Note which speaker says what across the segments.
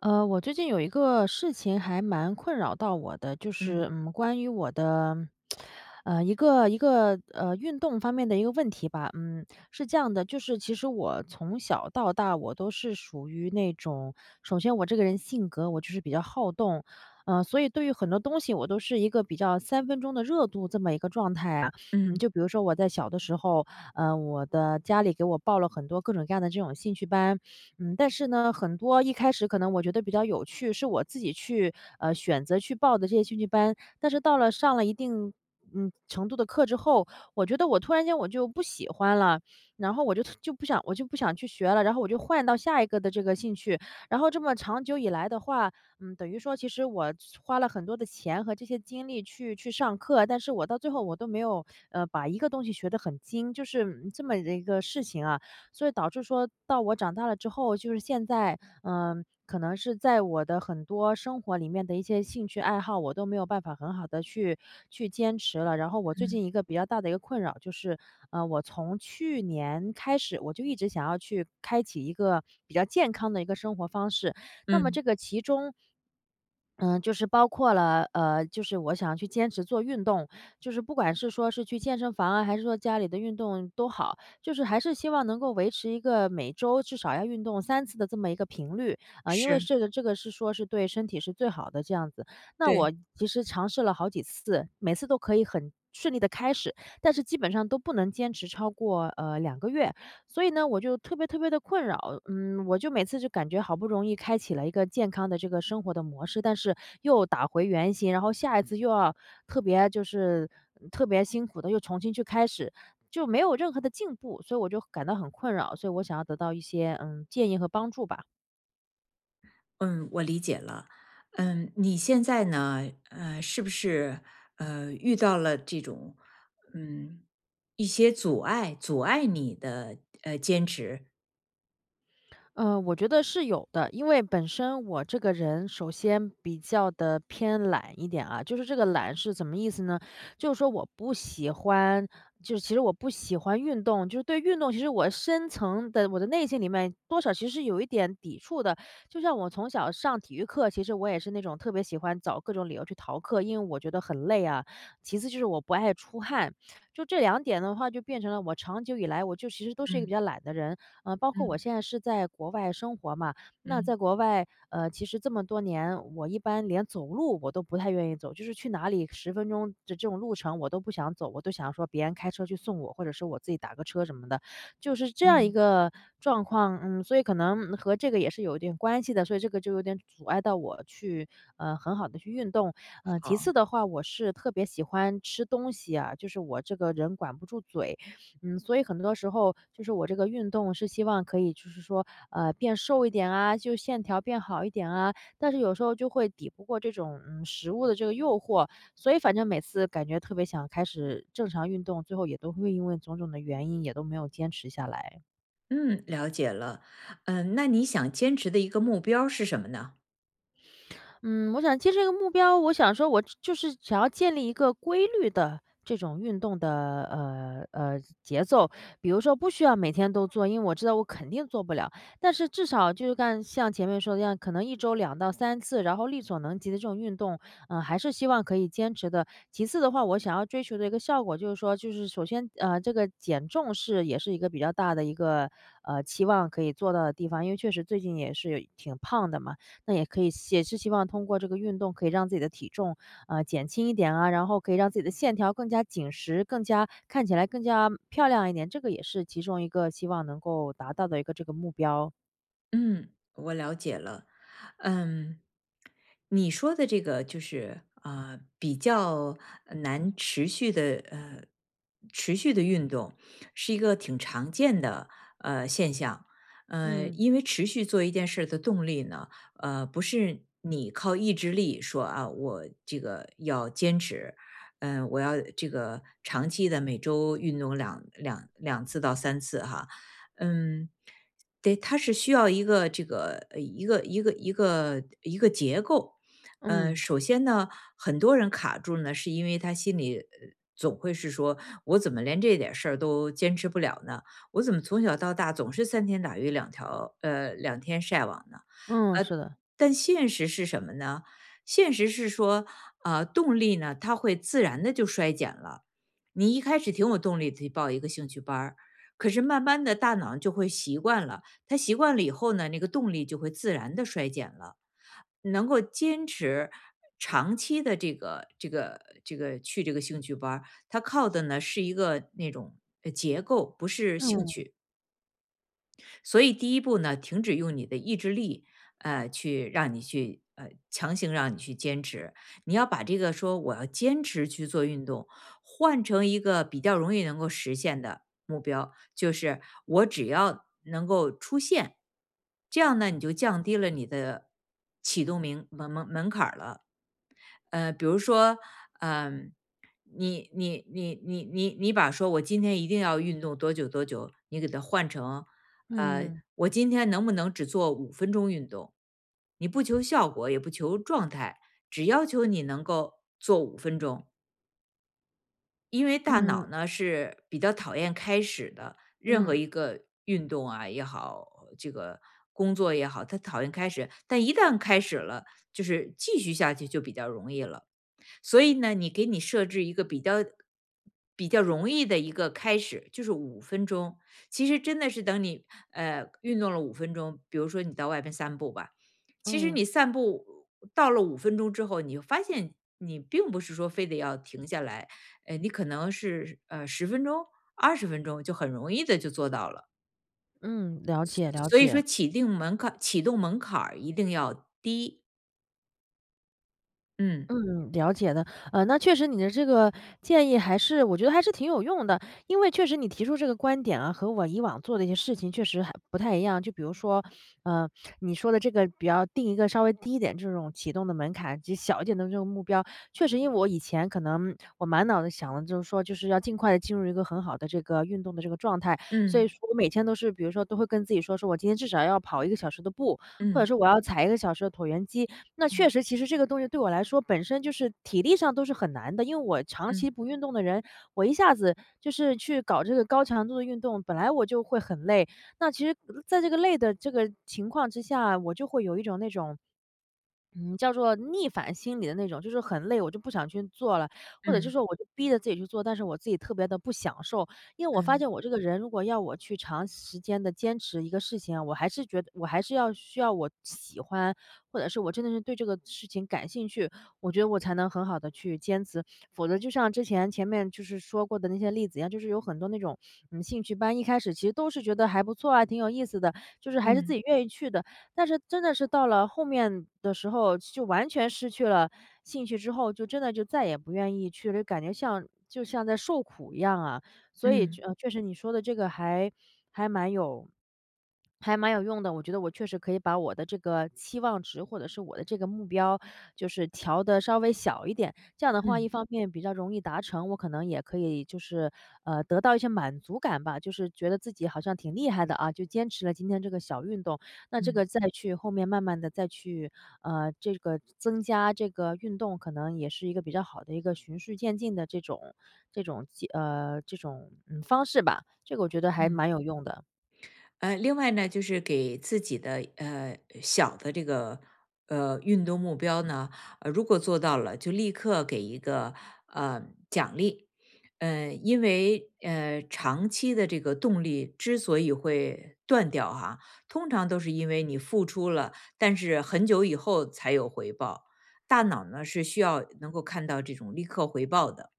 Speaker 1: 我最近有一个事情还蛮困扰到我的，就
Speaker 2: 嗯
Speaker 1: 是关于我的，一个运动方面的一个问题吧。嗯，是这样的，就是其实我从小到大我都是属于那种，首先我这个人性格我就是比较好动，所以对于很多东西我都是一个比较三分钟的热度这么一个状态啊。
Speaker 2: 嗯
Speaker 1: 就比如说我在小的时候，我的家里给我报了很多各种各样的这种兴趣班。但是呢，很多一开始可能我觉得比较有趣，是我自己去，选择去报的这些兴趣班，但是到了上了一定，程度的课之后，我觉得我突然间我就不喜欢了，然后我就不想去学了，然后我就换到下一个的这个兴趣，然后这么长久以来的话，等于说其实我花了很多的钱和这些精力去上课，但是我到最后我都没有，把一个东西学得很精，就是这么的一个事情啊。所以导致说到我长大了之后，就是现在，可能是在我的很多生活里面的一些兴趣爱好，我都没有办法很好的去坚持了。然后我最
Speaker 2: 嗯
Speaker 1: 近一个比较大的一个困扰就是，我从去年开始，我就一直想要去开启一个比较健康的一个生活方式。那么
Speaker 2: 嗯，
Speaker 1: 这个其中嗯，就是包括了，就是我想去坚持做运动，就是不管是说是去健身房啊，还是说家里的运动都好，就是还是希望能够维持一个每周至少要运动三次的这么一个频率。啊，因为
Speaker 2: 是，
Speaker 1: 这个是说是对身体是最好的这样子。那我
Speaker 2: 对，
Speaker 1: 其实尝试了好几次，每次都可以很顺利的开始，但是基本上都不能坚持超过，两个月。所以呢，我就特别特别的困扰，我就每次就感觉好不容易开启了一个健康的这个生活的模式，但是又打回原形，然后下一次又要特别就是特别辛苦的又重新去开始，就没有任何的进步，所以我就感到很困扰，所以我想要得到一些，建议和帮助吧。
Speaker 2: 嗯，我理解了。嗯，你现在呢，是不是遇到了这种嗯一些阻碍，阻碍你的坚持？
Speaker 1: 嗯，我觉得是有的，因为本身我这个人首先比较的偏懒一点啊，就是这个懒是怎么意思呢？就是说我不喜欢，就是其实我不喜欢运动，就是对运动，其实我深层的我的内心里面多少其实是有一点抵触的。就像我从小上体育课，其实我也是那种特别喜欢找各种理由去逃课，因为我觉得很累啊。其次就是我不爱出汗，就这两点的话，就变成了我长久以来，我就其实都是一个比
Speaker 2: 嗯
Speaker 1: 较懒的人，包括我
Speaker 2: 嗯
Speaker 1: 现在是在国外生活嘛，那
Speaker 2: 嗯
Speaker 1: 在国外，其实这么多年，我一般连走路我都不太愿意走，就是去哪里十分钟的这种路程我都不想走，我都想说别人开车去送我，或者是我自己打个车什么的，就是这样一
Speaker 2: 嗯，
Speaker 1: 个状况。嗯，所以可能和这个也是有一点关系的，所以这个就有点阻碍到我去，很好的去运动。其
Speaker 2: 好，
Speaker 1: 次的话，我是特别喜欢吃东西啊，就是我这个人管不住嘴，所以很多时候就是我这个运动是希望可以就是说，变瘦一点啊，就线条变好一点啊，但是有时候就会抵不过这种食物的这个诱惑，所以反正每次感觉特别想开始正常运动，最后也都会因为种种的原因也都没有坚持下来。
Speaker 2: 嗯，了解了。嗯，那你想坚持的一个目标是什么呢？
Speaker 1: 嗯，我想接这个目标，我想说我就是想要建立一个规律的这种运动的节奏，比如说不需要每天都做，因为我知道我肯定做不了，但是至少就是干像前面说的一样，可能一周两到三次，然后力所能及的这种运动，嗯、还是希望可以坚持的。其次的话，我想要追求的一个效果就是说，就是首先这个减重是也是一个比较大的一个期望可以做到的地方，因为确实最近也是挺胖的嘛。那也可以也是希望通过这个运动可以让自己的体重，减轻一点啊，然后可以让自己的线条更加紧实，更加看起来更加漂亮一点，这个也是其中一个希望能够达到的一个这个目标。
Speaker 2: 嗯，我了解了。嗯，你说的这个就是啊，比较呃难持续的呃持续的运动，是一个挺常见的现象。
Speaker 1: 嗯。
Speaker 2: 因为持续做一件事儿的动力呢，不是你靠意志力说啊，我这个要坚持。我要这个长期的每周运动2次到3次哈，嗯。对，它是需要一个一个结构。
Speaker 1: 嗯。
Speaker 2: 首先呢，很多人卡住呢，是因为他心里总会是说，我怎么连这点事儿都坚持不了呢？我怎么从小到大总是三天打鱼两天晒网呢？
Speaker 1: 嗯，
Speaker 2: 呃，
Speaker 1: 是的。
Speaker 2: 但现实是什么呢？现实是说，啊，动力呢，它会自然的就衰减了。你一开始挺有动力的去报一个兴趣班儿，可是慢慢的大脑就会习惯了。他习惯了以后呢，那个动力就会自然的衰减了。能够坚持长期的这个去这个兴趣班儿，它靠的呢是一个那种结构，不是兴
Speaker 1: 嗯。
Speaker 2: 趣。所以第一步呢，停止用你的意志力，去让你去呃强行让你去坚持，你要把这个说我要坚持去做运动，换成一个比较容易能够实现的目标，就是我只要能够出现。这样呢，你就降低了你的启动门槛儿了。比如说，嗯、你把说我今天一定要运动多久多久，你给它换成，
Speaker 1: 嗯。
Speaker 2: 我今天能不能只做五分钟运动？你不求效果，也不求状态，只要求你能够做五分钟，因为大
Speaker 1: 嗯。
Speaker 2: 脑呢是比较讨厌开始的，任何
Speaker 1: 嗯。
Speaker 2: 一个运动啊也好，这个工作也好，它讨厌开始，但一旦开始了，就是继续下去就比较容易了。所以呢，你给你设置一个比较容易的一个开始，就是五分钟。其实真的是等你运动了五分钟，比如说你到外边散步吧，其实
Speaker 1: 嗯。
Speaker 2: 你散步到了五分钟之后，你就发现你并不是说非得要停下来，你可能是10分钟、20分钟就很容易的就做到了。
Speaker 1: 嗯，了解了
Speaker 2: 所以
Speaker 1: 解。
Speaker 2: 说起定门槛，启动门槛儿一定要低。
Speaker 1: 嗯，了解的。那确实你的这个建议还是我觉得还是挺有用的，因为确实你提出这个观点啊，和我以往做的一些事情确实还不太一样。就比如说，呃，你说的这个比较定一个稍微低一点这种启动的门槛，及小一点的这种目标，确实因为我以前可能我满脑子想的就是说，就是要尽快的进入一个很好的这个运动的这个状态，所
Speaker 2: 嗯
Speaker 1: 以说我每天都是比如说都会跟自己说，说我今天至少要跑一个小时的步，或者
Speaker 2: 嗯
Speaker 1: 说我要踩一个小时的椭圆机，那确
Speaker 2: 嗯
Speaker 1: 实，其实这个东西对我来说本身就是体力上都是很难的，因为我长期
Speaker 2: 嗯
Speaker 1: 不运动的人，我一下子就是去搞这个高强度的运动，本来我就会很累。那其实在这个累的这个情况之下，我就会有一种那种叫做逆反心理的那种，就是很累，我就不想去做了，或
Speaker 2: 嗯
Speaker 1: 者就是
Speaker 2: 嗯
Speaker 1: 说我就逼着自己去做，但是我自己特别的不享受。因为我
Speaker 2: 嗯
Speaker 1: 发
Speaker 2: 嗯
Speaker 1: 现我这个人如果要我去长时间的坚持一个事情啊，我还是觉得我还是要需要我喜欢，或者是我真的是对这个事情感兴趣，我觉得我才能很好的去坚持。否则就像之前前面就是说过的那些例子一样，就是有很多那种，兴趣班，一开始其实都是觉得还不错啊，挺有意思的，就是还是自
Speaker 2: 嗯。
Speaker 1: 己愿意去的。但是真的是到了后面的时候，就完全失去了兴趣之后，就真的就再也不愿意去了，感觉像就像在受苦一样啊。所以，
Speaker 2: 嗯
Speaker 1: 确实你说的这个还还蛮有还蛮有用的，我觉得我确实可以把我的这个期望值，或者是我的这个目标，就是调的稍微小一点。这样的话，一
Speaker 2: 嗯
Speaker 1: 方面比较容易达成，我可能也可以就是，得到一些满足感吧，就是觉得自己好像挺厉害的啊，就坚持了今天这个小运动。那这
Speaker 2: 嗯
Speaker 1: 个再去后面慢慢的再去，这个增加这个运动，可能也是一个比较好的一个循序渐进的这种，这种，方式吧，这个我觉得还
Speaker 2: 嗯，
Speaker 1: 蛮有用的。
Speaker 2: 另外呢，就是给自己的小的这个运动目标呢，如果做到了，就立刻给一个呃奖励，因为长期的这个动力之所以会断掉哈，通常都是因为你付出了，但是很久以后才有回报，大脑呢是需要能够看到这种立刻回报的，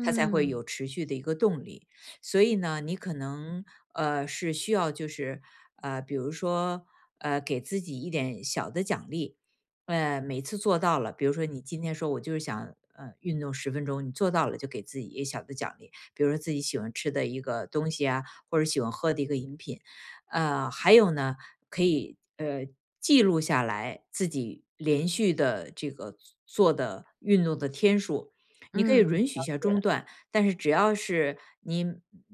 Speaker 2: 它才会有持续的一个动力。所以呢，你可能是需要就是比如说给自己一点小的奖励，每次做到了，比如说你今天说我就是想运动十分钟，你做到了就给自己一个小的奖励，比如说自己喜欢吃的一个东西啊，或者喜欢喝的一个饮品，还有呢，可以记录下来自己连续的这个做的运动的天数，你可以
Speaker 1: 嗯，
Speaker 2: 允许一
Speaker 1: 了
Speaker 2: 下中
Speaker 1: 解。
Speaker 2: 断，但是只要是你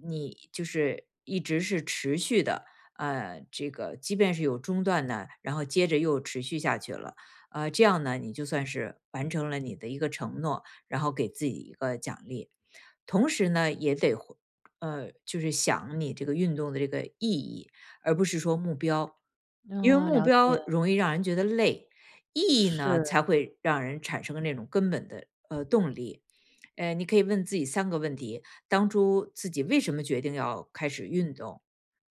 Speaker 2: 你就是一直是持续的，这个即便是有中断呢，然后接着又持续下去了，这样呢，你就算是完成了你的一个承诺，然后给自己一个奖励。同时呢，也得就是想你这个运动的这个意义，而不是说目标，因为
Speaker 1: 嗯，
Speaker 2: 目
Speaker 1: 了
Speaker 2: 标
Speaker 1: 解。
Speaker 2: 容易让人觉得累，意义呢
Speaker 1: 是。
Speaker 2: 才会让人产生那种根本的动力。你可以问自己3个问题：当初自己为什么决定要开始运动？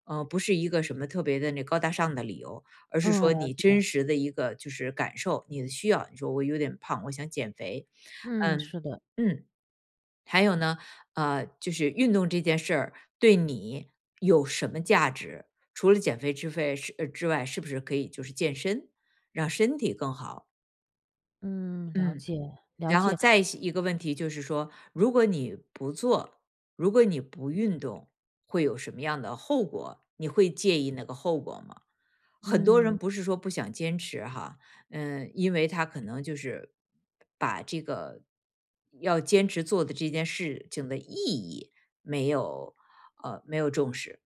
Speaker 2: 不是一个什么特别的那高大上的理由，而是
Speaker 1: 嗯，了
Speaker 2: 说你真
Speaker 1: 解。
Speaker 2: 实的一个就是感受，你的需要。你说我有点胖，我想减肥。
Speaker 1: 嗯，
Speaker 2: 嗯
Speaker 1: 是的。
Speaker 2: 嗯，还有呢，就是运动这件事儿对你有什么价值？除了减肥之外，是不是可以就是健身，让身体更好？
Speaker 1: 嗯，了
Speaker 2: 嗯。
Speaker 1: 解。了
Speaker 2: 然后
Speaker 1: 解。
Speaker 2: 再一个问题就是说，如果你不做，如果你不运动，会有什么样的后果？你会介意那个后果吗？很多人
Speaker 1: 嗯。
Speaker 2: 不是说不想坚持哈，嗯，因为他可能就是把这个要坚持做的这件事情的意义没有没有重视。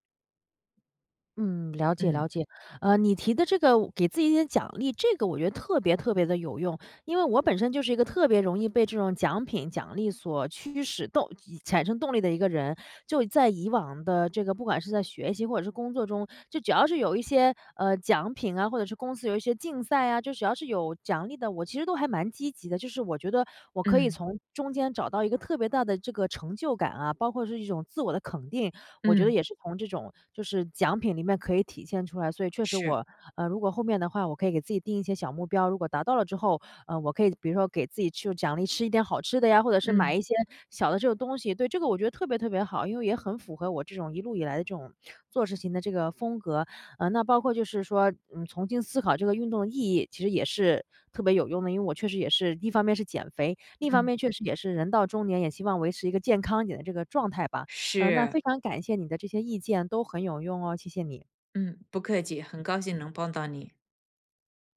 Speaker 1: 嗯，了解了
Speaker 2: 嗯
Speaker 1: 解。你提的这个给自己一点奖励，这个我觉得特别特别的有用。因为我本身就是一个特别容易被这种奖品、奖励所驱使动产生动力的一个人。就在以往的这个不管是在学习或者是工作中，就只要是有一些，奖品啊，或者是公司有一些竞赛啊，就只要是有奖励的，我其实都还蛮积极的。就是我觉得我可以
Speaker 2: 嗯
Speaker 1: 从中间找到一个特别大的这个成就感啊，包括是一种自我的肯定。我觉得
Speaker 2: 嗯，
Speaker 1: 也是从这种就是奖品里面可以体现出来。所以确实
Speaker 2: 是，
Speaker 1: 我，如果后面的话，我可以给自己定一些小目标，如果达到了之后，我可以比如说给自己去奖励吃一点好吃的呀，或者是买
Speaker 2: 嗯
Speaker 1: 一些小的这种东西。对，这个我觉得特别特别好，因为也很符合我这种一路以来的这种做事情的这个风格。那包括就是说，重新思考这个运动的意义，其实也是特别有用的。因为我确实也是一方面是减肥，另一方
Speaker 2: 嗯，
Speaker 1: 面确实也是人到中年，也希望维持一个健康一点的这个状态吧。那
Speaker 2: 是，
Speaker 1: 非常感谢你的这些意见，都很有用哦，谢谢你。
Speaker 2: 嗯，不客气，很高兴能帮到你。